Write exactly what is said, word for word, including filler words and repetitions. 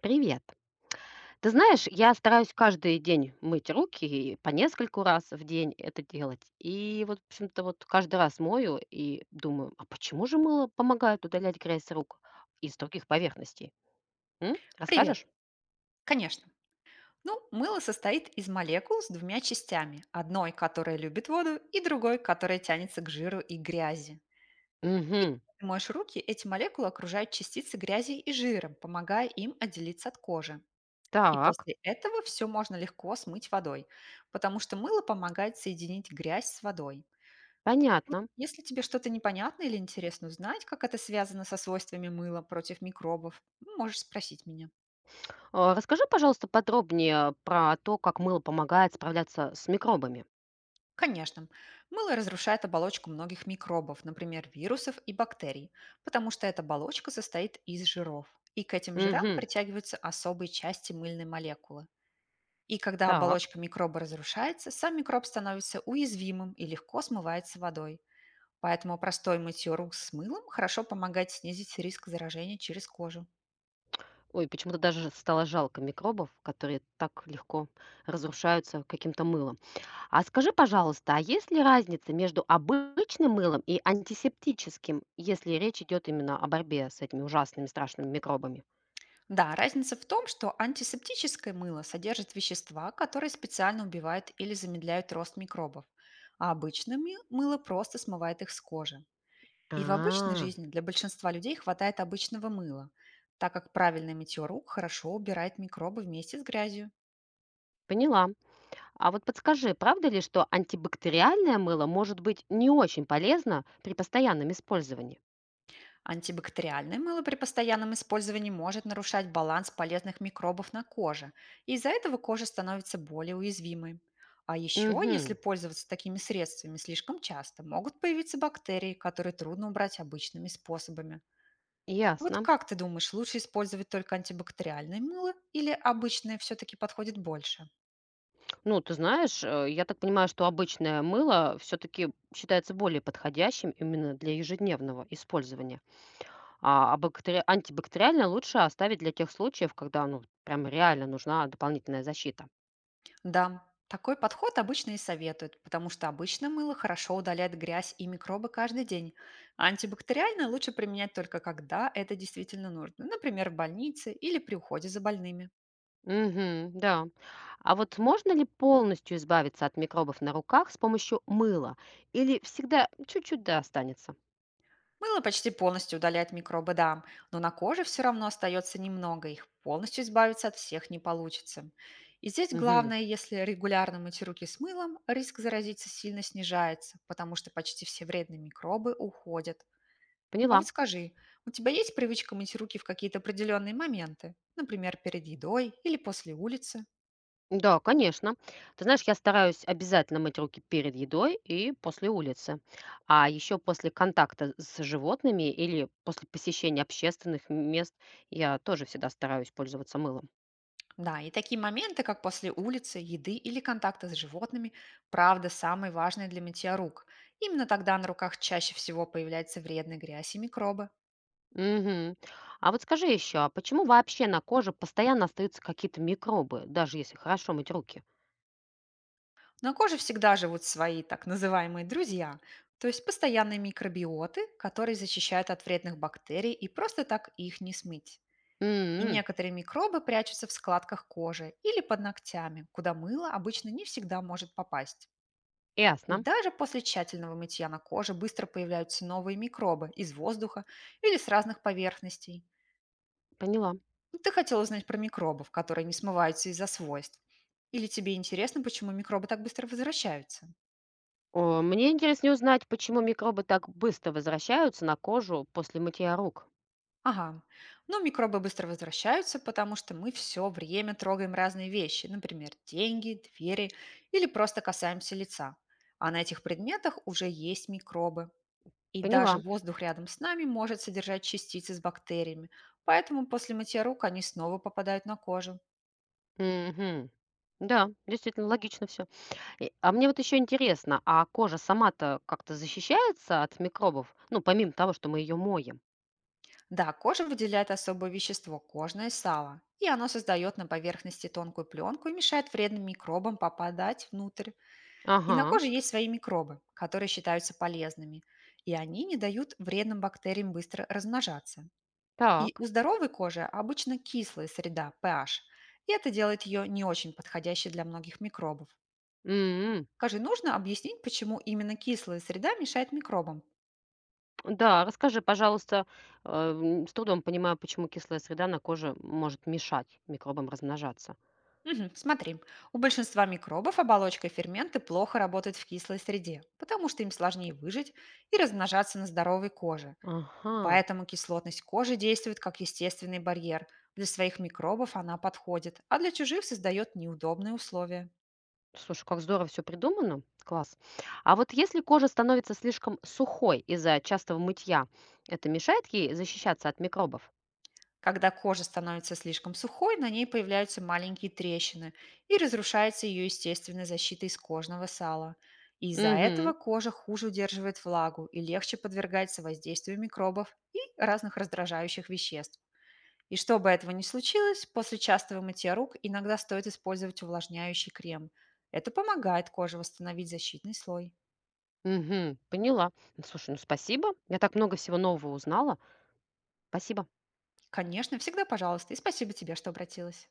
Привет. Ты знаешь, я стараюсь каждый день мыть руки и по нескольку раз в день это делать. И вот, в общем-то, вот каждый раз мою и думаю, а почему же мыло помогает удалять грязь с рук из других поверхностей? М? Привет! Расскажешь? Конечно. Ну, мыло состоит из молекул с двумя частями. Одной, которая любит воду, и другой, которая тянется к жиру и грязи. Угу. Ты моешь руки, эти молекулы окружают частицы грязи и жира, помогая им отделиться от кожи. И Так, после этого все можно легко смыть водой, потому что мыло помогает соединить грязь с водой. понятно. Если тебе что-то непонятно или интересно узнать, как это связано со свойствами мыла против микробов, можешь спросить меня. А, расскажи, пожалуйста, подробнее про то, как мыло помогает справляться с микробами. Конечно, мыло разрушает оболочку многих микробов, например, вирусов и бактерий, потому что эта оболочка состоит из жиров. И к этим жирам Угу. притягиваются особые части мыльной молекулы. И когда Так. оболочка микроба разрушается, сам микроб становится уязвимым и легко смывается водой. Поэтому простой мытье рук с мылом хорошо помогает снизить риск заражения через кожу. Ой, почему-то даже стало жалко микробов, которые так легко разрушаются каким-то мылом. А скажи, пожалуйста, а есть ли разница между обычным мылом и антисептическим, если речь идет именно о борьбе с этими ужасными страшными микробами? Да, разница в том, что антисептическое мыло содержит вещества, которые специально убивают или замедляют рост микробов, а обычное мы- мыло просто смывает их с кожи. И в обычной А, жизни для большинства людей хватает обычного мыла, так как правильное мытье рук хорошо убирает микробы вместе с грязью. поняла. А вот подскажи, правда ли, что антибактериальное мыло может быть не очень полезно при постоянном использовании? Антибактериальное мыло при постоянном использовании может нарушать баланс полезных микробов на коже, и из-за этого кожа становится более уязвимой. А еще, если Угу, пользоваться такими средствами слишком часто, могут появиться бактерии, которые трудно убрать обычными способами. Вот ясно. как ты думаешь, лучше использовать только антибактериальное мыло или обычное все-таки подходит больше? Ну, ты знаешь, э, я так понимаю, что обычное мыло все-таки считается более подходящим именно для ежедневного использования. А, а бактери антибактериальное лучше оставить для тех случаев, когда, ну, прям реально нужна дополнительная защита. Да, такой подход обычно и советуют, потому что обычно мыло хорошо удаляет грязь и микробы каждый день. А антибактериальное лучше применять только когда это действительно нужно, например, в больнице или при уходе за больными. Угу, да. А вот можно ли полностью избавиться от микробов на руках с помощью мыла? Или всегда чуть-чуть да останется? Мыло почти полностью удаляет микробы, да, но на коже все равно остается немного, их полностью избавиться от всех не получится. И здесь Угу, главное, если регулярно мыть руки с мылом, риск заразиться сильно снижается, потому что почти все вредные микробы уходят. А вот поняла. скажи, у тебя есть привычка мыть руки в какие-то определенные моменты? Например, перед едой или после улицы? Да, конечно. Ты знаешь, я стараюсь обязательно мыть руки перед едой и после улицы. А еще после контакта с животными или после посещения общественных мест я тоже всегда стараюсь пользоваться мылом. Да, и такие моменты, как после улицы, еды или контакта с животными, правда, самые важные для мытья рук. Именно тогда на руках чаще всего появляется вредная грязь и микробы. Мгм. А вот скажи еще, а почему вообще на коже постоянно остаются какие-то микробы, даже если хорошо мыть руки? На коже всегда живут свои так называемые друзья, то есть постоянные микробиоты, которые защищают от вредных бактерий и просто так их не смыть. И М, некоторые микробы прячутся в складках кожи или под ногтями, куда мыло обычно не всегда может попасть. И ясно, даже после тщательного мытья на коже быстро появляются новые микробы из воздуха или с разных поверхностей. поняла. Ну, ты хотел узнать про микробов, которые не смываются из-за свойств. Или тебе интересно, почему микробы так быстро возвращаются? О, мне интереснее узнать, почему микробы так быстро возвращаются на кожу после мытья рук. Ага. Ну, микробы быстро возвращаются, потому что мы все время трогаем разные вещи, например, деньги, двери или просто касаемся лица. А на этих предметах уже есть микробы. И даже Поняла. воздух рядом с нами может содержать частицы с бактериями, поэтому после мытья рук они снова попадают на кожу. Мгм. Да, действительно логично все. А мне вот еще интересно, а кожа сама-то как-то защищается от микробов? Ну, помимо того, что мы ее моем. Да, кожа выделяет особое вещество — кожное сало, и оно создает на поверхности тонкую пленку и мешает вредным микробам попадать внутрь. И Ага, на коже есть свои микробы, которые считаются полезными, и они не дают вредным бактериям быстро размножаться. И так. у здоровой кожи обычно кислая среда, пэ аш, и это делает ее не очень подходящей для многих микробов. Скажи, нужно объяснить, почему именно кислая среда мешает микробам? Да, расскажи, пожалуйста, э, м, с трудом понимаю, почему кислая среда на коже может мешать микробам размножаться. Мгм, смотри, у большинства микробов оболочка и ферменты плохо работают в кислой среде, потому что им сложнее выжить и размножаться на здоровой коже. Ага, Поэтому кислотность кожи действует как естественный барьер. Для своих микробов она подходит, а для чужих создает неудобные условия. слушай, как здорово все придумано, класс. А вот если кожа становится слишком сухой из-за частого мытья, это мешает ей защищаться от микробов? Когда кожа становится слишком сухой, на ней появляются маленькие трещины и разрушается ее естественная защита из кожного сала. И из-за этого Угу, кожа хуже удерживает влагу и легче подвергается воздействию микробов и разных раздражающих веществ. И чтобы этого не случилось, после частого мытья рук иногда стоит использовать увлажняющий крем. Это помогает коже восстановить защитный слой. угу, поняла. Ну, слушай, ну спасибо, я так много всего нового узнала. Спасибо. Конечно, всегда пожалуйста, и спасибо тебе, что обратилась.